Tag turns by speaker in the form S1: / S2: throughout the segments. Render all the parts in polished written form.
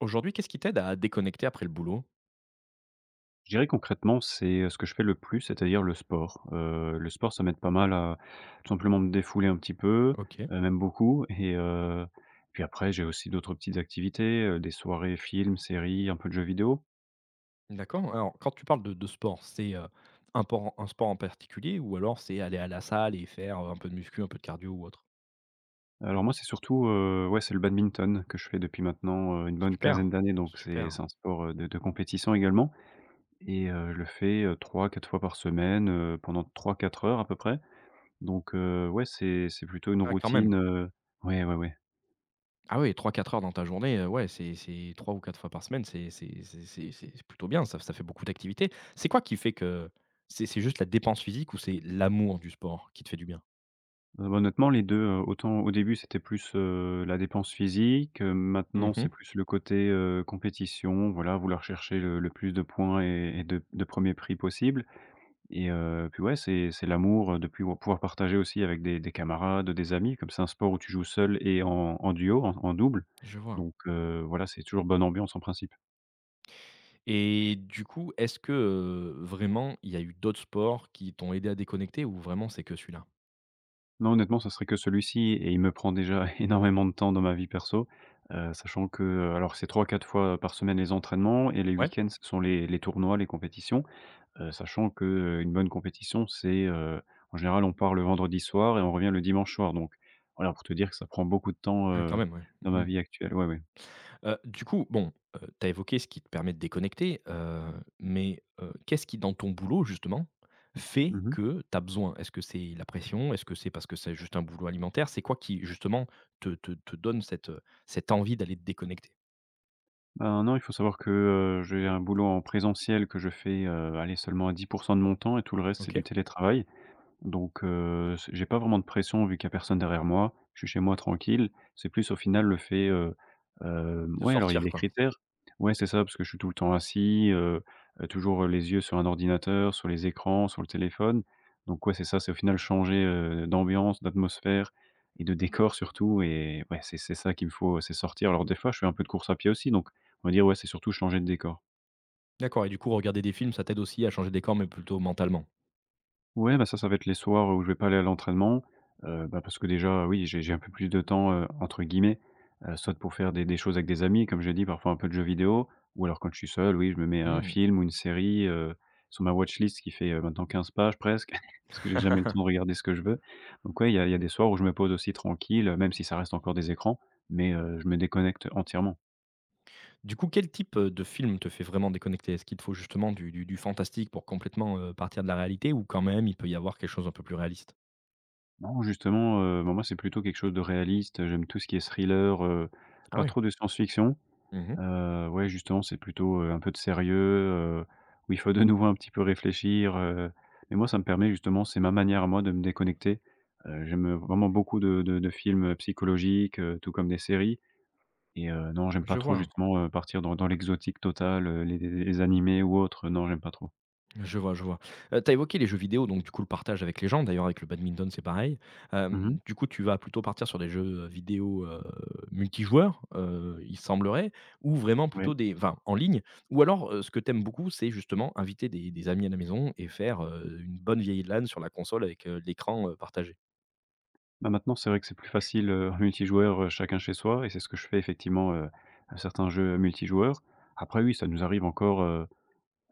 S1: Aujourd'hui, qu'est-ce qui t'aide à déconnecter après le boulot?
S2: Je dirais concrètement, c'est, ce que je fais le plus, c'est-à-dire le sport. Le sport, ça m'aide pas mal à tout simplement me défouler un petit peu,
S1: OK,
S2: même beaucoup. Et puis après j'ai aussi d'autres petites activités, des soirées films, séries, un peu de jeux vidéo.
S1: d'accord. Alors, quand tu parles de sport, c'est, un sport en particulier ou alors c'est aller à la salle et faire, un peu de muscu, un peu de cardio ou autre?
S2: Alors moi, c'est surtout, ouais, c'est le badminton que je fais depuis maintenant, une bonne
S1: Super,
S2: quinzaine d'années, donc c'est
S1: super.
S2: un sport, de compétition également. Et je le fais, 3-4 fois par semaine, pendant trois, quatre heures à peu près. Donc ouais, c'est plutôt une
S1: Ah quand
S2: routine,
S1: même.
S2: ouais, ouais, ouais.
S1: Ah oui, 3-4 heures dans ta journée, ouais, c'est 3 ou 4 fois par semaine, c'est plutôt bien, ça fait beaucoup d'activités. C'est quoi qui fait que c'est juste la dépense physique ou c'est l'amour du sport qui te fait du bien?
S2: Bah, honnêtement les 2. Autant au début c'était plus, la dépense physique, maintenant c'est
S1: Mmh.
S2: plus le côté, compétition, voilà, vouloir chercher le plus de points et de 1 prix possible. Et puis ouais, c'est l'amour, de pu pouvoir partager aussi avec des camarades, des amis, comme c'est un sport où tu joues seul et en duo, en double.
S1: Je vois.
S2: Donc voilà, c'est toujours bonne ambiance en principe.
S1: Et du coup, est-ce que, vraiment il y a eu d'autres sports qui t'ont aidé à déconnecter ou vraiment c'est que celui-là?
S2: Non, honnêtement, ça serait que celui-ci et il me prend déjà énormément de temps dans ma vie perso, sachant que, alors c'est trois quatre fois par semaine les entraînements et les
S1: Ouais.
S2: week-ends, ce sont les tournois, les compétitions, sachant que, une bonne compétition, c'est, en général, on part le vendredi soir et on revient le dimanche soir, donc voilà, pour te dire que ça prend beaucoup de temps,
S1: Ouais, quand même, ouais.
S2: dans
S1: Mmh
S2: ma
S1: mh.
S2: vie actuelle. Ouais, ouais.
S1: Du coup, bon, tu as évoqué ce qui te permet de déconnecter, mais, qu'est-ce qui dans ton boulot justement fait
S2: Mmh.
S1: que tu as besoin? Est-ce que c'est la pression? Est-ce que c'est parce que c'est juste un boulot alimentaire? C'est quoi qui justement te donne cette envie d'aller te déconnecter?
S2: Ben, non, il faut savoir que, j'ai un boulot en présentiel que je fais, allez, seulement à 10% de mon temps et tout le reste, c'est du
S1: OK,
S2: télétravail. Donc c'est j'ai pas vraiment de pression vu qu'il y a personne derrière moi. Je suis chez moi tranquille. C'est plus au final le fait,
S1: de
S2: ouais, alors il y a
S1: sortir
S2: des
S1: quoi.
S2: critères. Ouais, c'est ça, parce que je suis tout le temps assis, toujours, les yeux sur un ordinateur, sur les écrans, sur le téléphone. Donc ouais, c'est ça, c'est au final changer, d'ambiance, d'atmosphère et de décor surtout. Et ouais, c'est ça qu'il me faut, c'est sortir. Alors des fois, je fais un peu de course à pied aussi, donc on va dire, ouais, c'est surtout changer de décor.
S1: D'accord et du coup regarder des films, ça t'aide aussi à changer de décor mais plutôt mentalement?
S2: Ouais, bah, ça va être les soirs où je vais pas aller à l'entraînement, bah, parce que déjà, oui, j'ai un peu plus de temps, entre guillemets, soit pour faire des choses avec des amis, comme j'ai dit, parfois un peu de jeux vidéo ou alors quand je suis seul, oui, je me mets un
S1: Mmh.
S2: film ou une série, sur ma watch list qui fait, maintenant 15 pages presque, parce que j'ai jamais le temps de regarder ce que je veux. Donc ouais, il y a des soirs où je me pose aussi tranquille, même si ça reste encore des écrans, mais je me déconnecte entièrement.
S1: Du coup, quel type, de film te fait vraiment déconnecter? Est-ce qu'il te faut justement du fantastique pour complètement, partir de la réalité ou quand même il peut y avoir quelque chose un peu plus réaliste?
S2: Non, justement, moi, c'est plutôt quelque chose de réaliste, j'aime tout ce qui est thriller,
S1: Ah
S2: pas
S1: ouais.
S2: trop de science-fiction.
S1: Mmh.
S2: Ouais, justement, c'est plutôt, un peu de sérieux, où il faut de nouveau un petit peu réfléchir, mais moi, ça me permet justement c'est ma manière à moi de me déconnecter. J'aime, vraiment beaucoup de films, psychologiques, tout comme des séries. Et non, j'aime pas
S1: Je
S2: trop
S1: vois,
S2: justement, partir dans l'exotique total, les animés ou autres, non, j'aime pas trop.
S1: je vois, je vois. Tu évoqué les jeux vidéo, donc du coup le partage avec les gens, d'ailleurs avec le badminton c'est pareil.
S2: Mmh.
S1: Du coup tu vas plutôt partir sur des jeux, vidéo, multijoueurs, il semblerait ou vraiment
S2: Ouais.
S1: plutôt des enfin en ligne ou alors, ce que t'aimes beaucoup c'est justement inviter des amis à la maison et faire, une bonne vieille LAN sur la console avec, l'écran, partagé?
S2: Bah, maintenant, c'est vrai que c'est plus facile, en multijoueur, chacun chez soi et c'est ce que je fais effectivement, à certains jeux multijoueurs. Après oui, ça nous arrive encore, euh,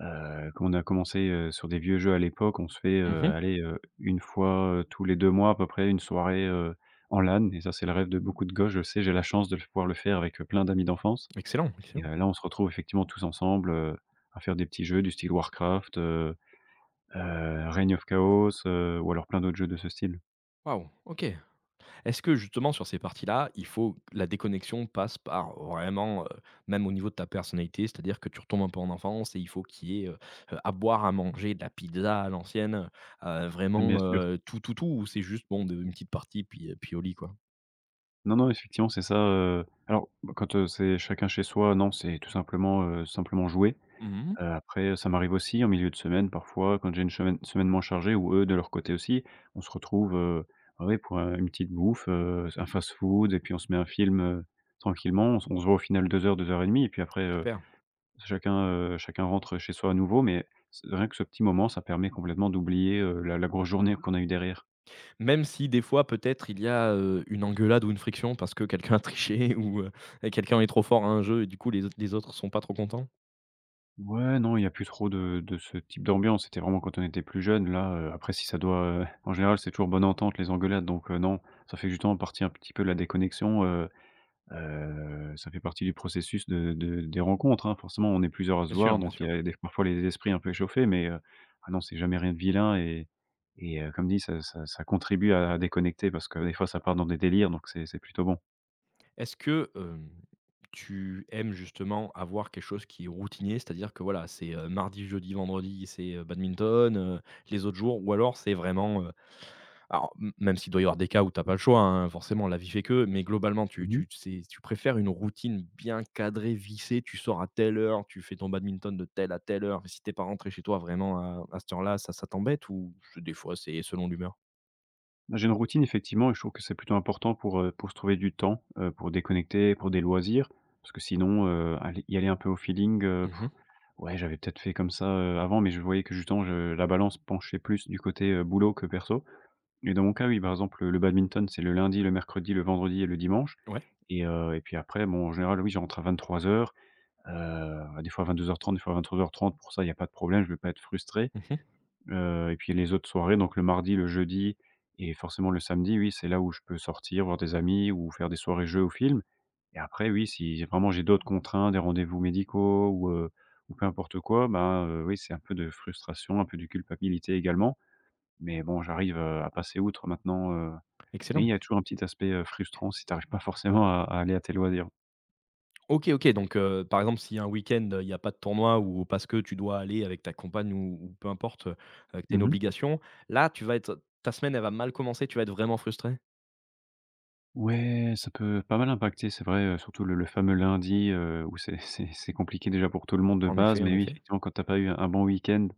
S2: Heu, quand on a commencé, sur des vieux jeux à l'époque, on se fait,
S1: Mmh.
S2: allez, 1 fois, tous les 2 mois à peu près, une soirée, en LAN et ça, c'est le rêve de beaucoup de gosses, je le sais. J'ai la chance de le pouvoir le faire avec, plein d'amis d'enfance.
S1: Excellent,
S2: et
S1: excellent.
S2: heu, là, on se retrouve effectivement tous ensemble, à faire des petits jeux du style Warcraft, Reign of Chaos, ou alors plein d'autres jeux de ce style.
S1: Waouh, OK. Est-ce que justement sur ces parties-là, il faut la déconnexion passe par vraiment, même au niveau de ta personnalité, c'est-à-dire que tu retombes un peu en enfance et il faut qu'il y ait, à boire, à manger, de la pizza à l'ancienne,
S2: Ah, bien
S1: vraiment,
S2: sûr.
S1: tout, tout, tout ou c'est juste bon de une petite partie puis, puis au lit, quoi?
S2: Non, non, effectivement, c'est ça, alors, quand, c'est chacun chez soi, non, c'est tout simplement, simplement jouer.
S1: Mmh.
S2: Après, ça m'arrive aussi en milieu de semaine parfois quand j'ai une chemaine semaine moins chargée ou eux de leur côté aussi, on se retrouve, ouais, pour un une petite bouffe, un fast-food et puis on se met un film, tranquillement. On se voit au final 2 heures et demie et puis après,
S1: Super.
S2: chacun rentre chez soi à nouveau mais c rien que ce petit moment, ça permet complètement d'oublier, la grosse journée qu'on a eue derrière.
S1: Même si des fois peut-être il y a, une engueulade ou une friction parce que quelqu'un a triché ou, quelqu'un est trop fort à un jeu et du coup les autres sont pas trop contents?
S2: Ouais, non, il y a plus trop de ce type d'ambiance. C'était vraiment quand on était plus jeune. Là, après si ça doit, en général, c'est toujours bonne entente, les engueulades, donc non, ça fait justement partie un petit peu de la déconnexion. Ça fait partie du processus de des rencontres, hein. Forcément, on est plusieurs à se
S1: Bien
S2: voir,
S1: sûr, bien
S2: donc il y
S1: sûr.
S2: a des parfois les esprits un peu échauffés, mais ah non, c'est jamais rien de vilain. Et comme dit, ça contribue à déconnecter parce que des fois, ça part dans des délires, donc c'est plutôt bon.
S1: Est-ce que, tu aimes justement avoir quelque chose qui est routinier? C'est-à-dire que voilà, c'est, mardi, jeudi, vendredi, c'est, badminton, les autres jours ou alors c'est vraiment, alors m même s'il doit y avoir des cas où t'as pas le choix, hein, forcément la vie fait que, mais globalement tu
S2: Mmh.
S1: tu c'est tu préfères une routine bien cadrée, vissée, tu sors à telle heure, tu fais ton badminton de telle à telle heure et si t'es pas rentré chez toi vraiment à cette heure-là, ça t'embête ou des fois c'est selon l'humeur?
S2: J'ai une routine effectivement et je trouve que c'est plutôt important pour se trouver du temps, pour déconnecter, pour des loisirs. Parce que sinon, aller y aller un peu au feeling,
S1: Mmh.
S2: ouais, j'avais peut-être fait comme ça, avant, mais je voyais que justement je la balance penchait plus du côté, boulot que perso. Et dans mon cas, oui, par exemple, le badminton, c'est le lundi, le mercredi, le vendredi et le dimanche.
S1: Ouais.
S2: Et et puis après, bon, en général, oui, je rentre à 23:00, des fois à 22h30, des fois à 23h30. Pour ça, il y a pas de problème, je ne veux pas être frustré.
S1: Mmh.
S2: Et puis les autres soirées, donc le mardi, le jeudi et forcément le samedi, oui, c'est là où je peux sortir, voir des amis ou faire des soirées jeux ou films et après oui, si vraiment j'ai d'autres contraintes, des rendez-vous médicaux ou peu importe quoi, ben, oui, c'est un peu de frustration, un peu de culpabilité également. Mais bon, j'arrive, à passer outre maintenant, mais il
S1: Excellent.
S2: y a toujours un petit aspect, frustrant si tu arrives pas forcément à aller à tes loisirs.
S1: OK, OK, donc par exemple, s'il y a un week-end, il y a pas de tournoi ou parce que tu dois aller avec ta compagne ou peu importe, que tu as une
S2: Mmh.
S1: obligation, là, tu vas être ta semaine, elle va mal commencer, tu vas être vraiment frustré.
S2: Ouais, ça peut pas mal impacter, c'est vrai, surtout le fameux lundi, où c'est c'est compliqué déjà pour tout le monde de
S1: En
S2: base,
S1: effet,
S2: mais
S1: en
S2: oui,
S1: effet.
S2: effectivement, quand t'as pas eu un bon week-end,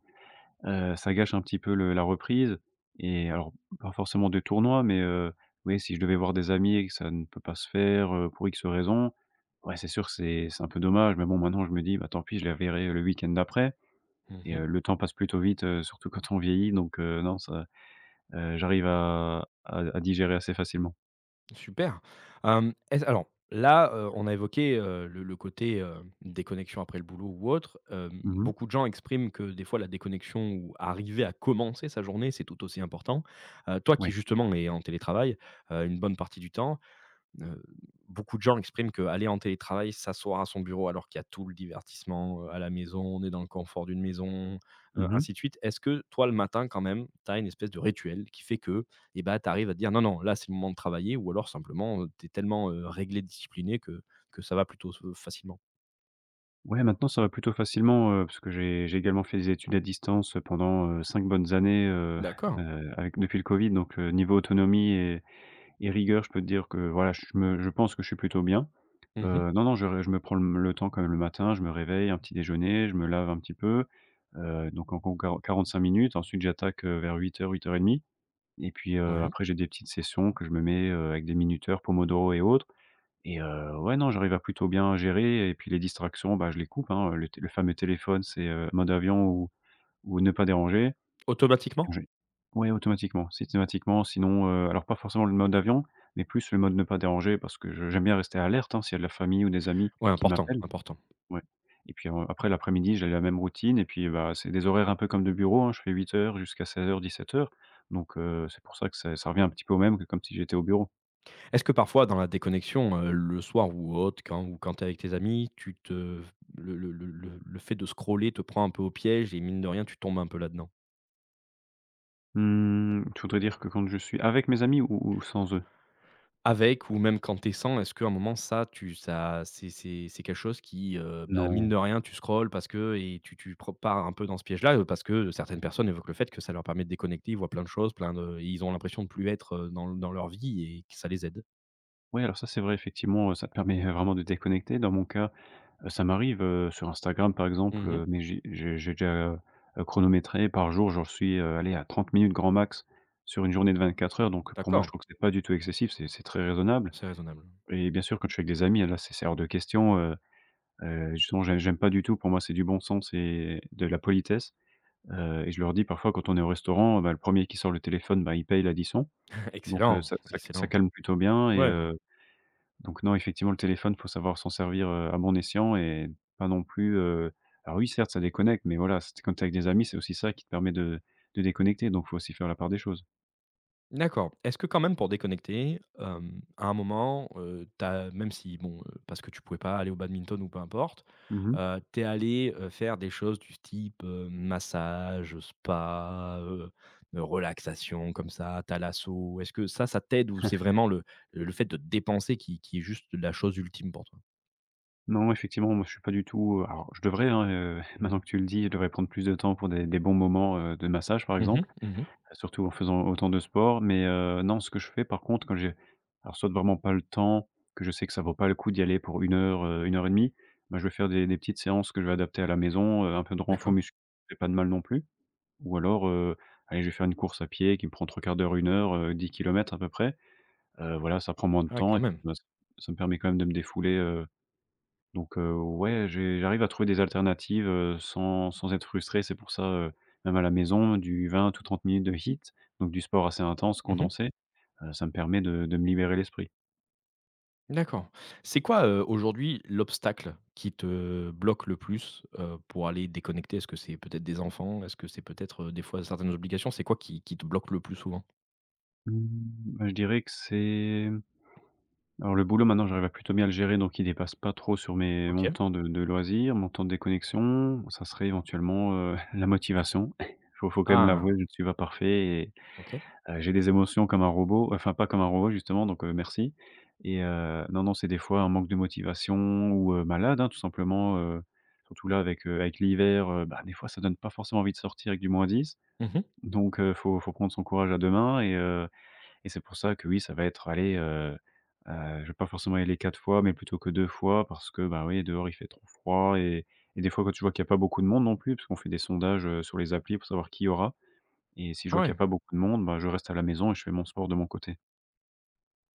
S2: ça gâche un petit peu le la reprise et alors, pas forcément de tournoi, mais oui, si je devais voir des amis et que ça ne peut pas se faire, pour X raisons, ouais, c'est sûr, que c'est un peu dommage, mais bon, maintenant, je me dis: «Bah, tant pis, je les verrai le week-end d'après». et
S1: Mmh.
S2: heu, le temps passe plutôt vite, surtout quand on vieillit, donc non, ça, j'arrive à digérer assez facilement.
S1: Super. Est-ce alors là, on a évoqué, le côté, déconnexion après le boulot ou autre. Hem,
S2: Mmh.
S1: beaucoup de gens expriment que des fois la déconnexion ou arriver à commencer sa journée, c'est tout aussi important. Toi
S2: Ouais.
S1: qui justement es en télétravail, une bonne partie du temps. Heu, beaucoup de gens expriment qu'aller en télétravail, s'asseoir à son bureau alors qu'il y a tout le divertissement, à la maison, on est dans le confort d'une maison,
S2: Mmh.
S1: ainsi de suite. Est-ce que toi, le matin, quand même, tu as une espèce de rituel qui fait que, eh ben tu arrives à te dire: «Non, non, là, c'est le moment de travailler» ou alors simplement, tu es tellement, réglé, discipliné que ça va plutôt se facilement?
S2: Ouais, maintenant ça va plutôt facilement, parce que j'ai également fait des études à distance pendant, 5 bonnes années,
S1: D'accord.
S2: avec depuis le Covid donc niveau autonomie et rigueur, je peux te dire que voilà, je pense que je suis plutôt bien.
S1: Mmh.
S2: Non, non, je me prends le temps quand même le matin, je me réveille, un petit déjeuner, je me lave un petit peu, donc en gros quar 45 minutes. Ensuite j'attaque, vers 08:00-08:30 et puis,
S1: Ouais.
S2: après j'ai des petites sessions que je me mets, avec des minuteurs Pomodoro et autres. Et ouais, non, j'arrive à plutôt bien gérer et puis les distractions, bah, je les coupe, hein, le fameux téléphone, c'est, mode avion ou ne pas déranger.
S1: Automatiquement?
S2: Je ouais, automatiquement, systématiquement, sinon, alors pas forcément le mode avion, mais plus le mode ne pas déranger parce que je j'aime bien rester alerte, hein, s'il y a de la famille ou des amis
S1: Ouais,
S2: qui
S1: important,
S2: m'appellent,
S1: important.
S2: ouais. Et puis, après l'après-midi, j'ai la même routine et puis, bah, c'est des horaires un peu comme de bureau, hein, je fais huit heures jusqu'à seize heures dix-sept heures. Donc, c'est pour ça que ça revient un petit peu au même que comme si j'étais au bureau.
S1: Est-ce que parfois, dans la déconnexion, le soir ou autre, quand ou quand tu es avec tes amis, tu te le fait de scroller te prend un peu au piège et mine de rien, tu tombes un peu là-dedans?
S2: Mmh, tu voudrais dire que quand je suis avec mes amis ou sans eux?
S1: Avec ou même quand t'es sans, est-ce qu'à un moment ça tu ça c'est quelque chose qui, bah, mine
S2: Non.
S1: de rien, tu scrolles parce que et tu tu pre pars un peu dans ce piège-là, parce que certaines personnes évoquent le fait que ça leur permet de déconnecter, ils voient plein de choses, plein de et ils ont l'impression de plus être, dans leur vie et que ça les aide?
S2: Oui, alors ça, c'est vrai, effectivement, ça te permet, vraiment de déconnecter. Dans mon cas, ça m'arrive, sur Instagram, par exemple,
S1: Mmh.
S2: mais j'ai déjà, heu chronométré. Par jour, j'en suis, allez, à 30 minutes grand max sur une journée de 24 heures, donc pour moi, je
S1: D'accord,
S2: trouve que c'est pas du tout excessif, c'est très raisonnable.
S1: c'est raisonnable.
S2: Et bien sûr, quand je suis avec des amis, là, c'est hors de question, justement, j'aime pas du tout. Pour moi, c'est du bon sens et de la politesse, et je leur dis parfois quand on est au restaurant, bah, le premier qui sort le téléphone, bah, il paye l'addition, donc,
S1: Excellent,
S2: ça
S1: excellent.
S2: calme plutôt bien et
S1: Ouais, ouais.
S2: donc non, effectivement, le téléphone, faut savoir s'en servir, à bon escient et pas non plus, alors oui, certes, ça déconnecte, mais voilà, c'est quand tu es avec des amis, c'est aussi ça qui te permet de déconnecter, donc faut aussi faire la part des choses.
S1: D'accord. Est-ce que quand même pour déconnecter, à un moment, tu même si bon, parce que tu pouvais pas aller au badminton ou peu importe,
S2: Mmh.
S1: tu allé, faire des choses du type, massage, spa, relaxation comme ça, thalasso? Est-ce que ça t'aide ou c'est vraiment le fait de te dépenser qui est juste la chose ultime pour toi?
S2: Non, effectivement, moi, je suis pas du tout alors je devrais, hein, maintenant que tu le dis, je devrais prendre plus de temps pour des bons moments, de massage, par
S1: Mmh mh.
S2: exemple.
S1: Mmh.
S2: Surtout en faisant autant de sport, mais non, ce que je fais par contre quand j'ai alors soit vraiment pas le temps, que je sais que ça vaut pas le coup d'y aller pour une heure, 1 heure et demie, bah, je vais faire des petites séances que je vais adapter à la maison, un peu de renfort
S1: D'accord.
S2: muscu fait pas de mal non plus. Ou alors, allez, je vais faire une course à pied qui me prend trois quarts d'heure, une heure, 10 kilomètres à peu près. Voilà, ça prend moins de
S1: Ah ouais,
S2: temps et
S1: quand
S2: puis,
S1: même.
S2: bah, ça me permet quand même de me défouler, donc, ouais, j'arrive à trouver des alternatives, sans être frustré. C'est pour ça, même à la maison, du 20 ou 30 minutes de hit, donc du sport assez intense,
S1: Mmh.
S2: condensé, ça me permet de me libérer l'esprit.
S1: D'accord. C'est quoi, aujourd'hui l'obstacle qui te bloque le plus, pour aller déconnecter? Est-ce que c'est peut-être des enfants? Est-ce que c'est peut-être, des fois certaines obligations? C'est quoi qui te bloque le plus souvent?
S2: Mmh, bah, je dirais que c'est alors le boulot maintenant, j'arrive à plutôt bien le gérer, donc il dépasse pas trop sur mes mon
S1: OK.
S2: temps de loisirs, mon temps de déconnexion. Ça serait éventuellement, la motivation. Faut quand même l'avouer,
S1: Ah,
S2: je ne suis pas parfait.
S1: OK.
S2: J'ai des émotions comme un robot, enfin pas comme un robot justement donc, merci. Et non, non, c'est des fois un manque de motivation ou malade, hein, tout simplement, surtout là avec, avec l'hiver, bah, des fois ça donne pas forcément envie de sortir avec du moins dix.
S1: Mmh.
S2: Donc, faut prendre son courage à 2 mains et c'est pour ça que oui, ça va être aller, je vais pas forcément y aller 4 fois mais plutôt que 2 fois parce que, bah, oui, dehors il fait trop froid et des fois quand tu vois qu'il y a pas beaucoup de monde non plus, parce qu'on fait des sondages, sur les applis pour savoir qui y aura et si je
S1: Ah
S2: vois qu'il
S1: ouais,
S2: y a pas beaucoup de monde, bah, je reste à la maison et je fais mon sport de mon côté.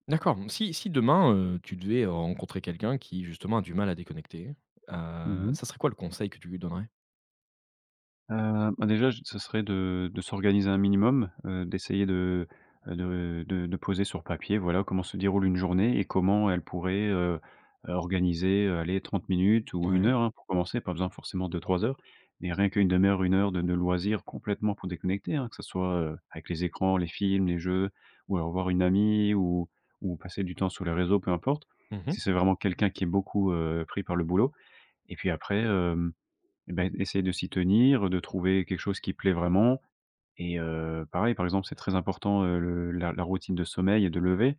S1: d'accord. Si demain, tu devais rencontrer quelqu'un qui justement a du mal à déconnecter,
S2: Mmh.
S1: ça serait quoi le conseil que tu lui donnerais?
S2: Bah, déjà, j ce serait de s'organiser un minimum, d'essayer de, de poser sur papier, voilà, comment se déroule une journée et comment elle pourrait, organiser, allez, 30 minutes ou une
S1: Ouais.
S2: heure, hein, pour commencer, pas besoin forcément de 3 heures, mais rien qu'une demi heure, une heure de loisirs complètement pour déconnecter, hein, que ça soit, avec les écrans, les films, les jeux ou alors voir une amie ou passer du temps sur les réseaux, peu importe. Si
S1: Mmh.
S2: c'est vraiment quelqu'un qui est beaucoup, pris par le boulot et puis après, eh ben, essayer de s'y tenir, de trouver quelque chose qui plaît vraiment et pareil, par exemple, c'est très important, le la routine de sommeil et de lever.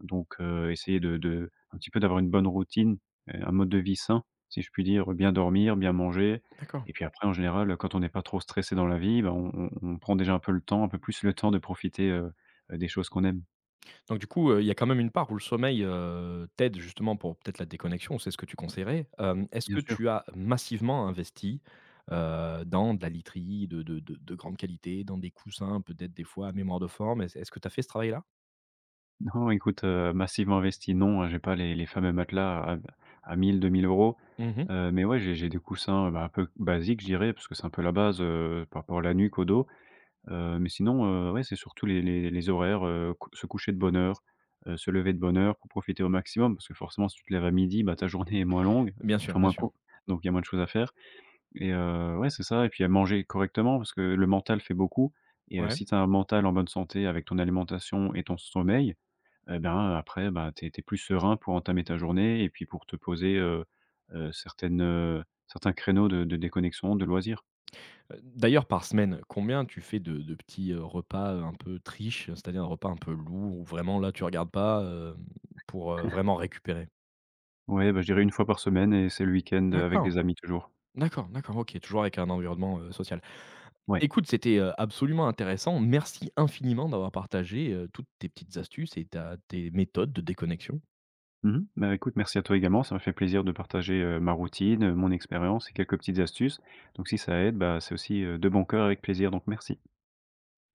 S2: Donc, essayer de un petit peu d'avoir une bonne routine, un mode de vie sain, si je puis dire, bien dormir, bien manger
S1: D'accord.
S2: et puis après en général, quand on n'est pas trop stressé dans la vie, ben on prend déjà un peu le temps, un peu plus le temps de profiter, des choses qu'on aime.
S1: Donc du coup, il y a quand même une part où le sommeil, t'aide justement pour peut-être la déconnexion, c'est ce que tu conseillerais. Est-ce
S2: Bien
S1: que
S2: sûr.
S1: tu as massivement investi, dans de la literie de grande qualité, dans des coussins peut-être des fois à mémoire de forme? Est-ce que tu as fait ce travail-là?
S2: Non, écoute, massivement investi, non, hein, j'ai pas les fameux matelas à 1 000, 2 000 euros.
S1: Mmh mh.
S2: Mais ouais, j'ai des coussins, bah, un peu basiques, je dirais, parce que c'est un peu la base, par rapport à la nuque, au dos. Mais sinon, ouais, c'est surtout les horaires, cou se coucher de bonne heure, se lever de bonne heure pour profiter au maximum. Parce que forcément, si tu te lèves à midi, bah, ta journée est moins longue,
S1: Bien sûr,
S2: enfin
S1: bien
S2: moins
S1: sûr.
S2: courte, donc il y a moins de choses à faire et ouais, c'est ça. Et puis, à manger correctement parce que le mental fait beaucoup. Et
S1: Ouais.
S2: si tu as un mental en bonne santé avec ton alimentation et ton sommeil, eh ben, après, bah, tu es plus serein pour entamer ta journée et puis pour te poser, certains créneaux de déconnexion, de loisirs.
S1: D'ailleurs par semaine, combien tu fais de petits, repas, un peu triche, c'est-à-dire un repas un peu lourd où vraiment là tu regardes pas, pour, vraiment récupérer?
S2: Ouais, bah, je dirais 1 fois par semaine et c'est le week-end, avec
S1: D'accord,
S2: des amis toujours.
S1: d'accord, d'accord, OK, toujours avec un environnement, social.
S2: Ouais.
S1: Écoute, c'était, absolument intéressant. Merci infiniment d'avoir partagé, toutes tes petites astuces et ta tes méthodes de déconnexion.
S2: Mmh. Bah, écoute, merci à toi également, ça m'a fait plaisir de partager, ma routine, mon expérience et quelques petites astuces. Donc si ça aide, bah, c'est aussi, de bon cœur avec plaisir, donc merci.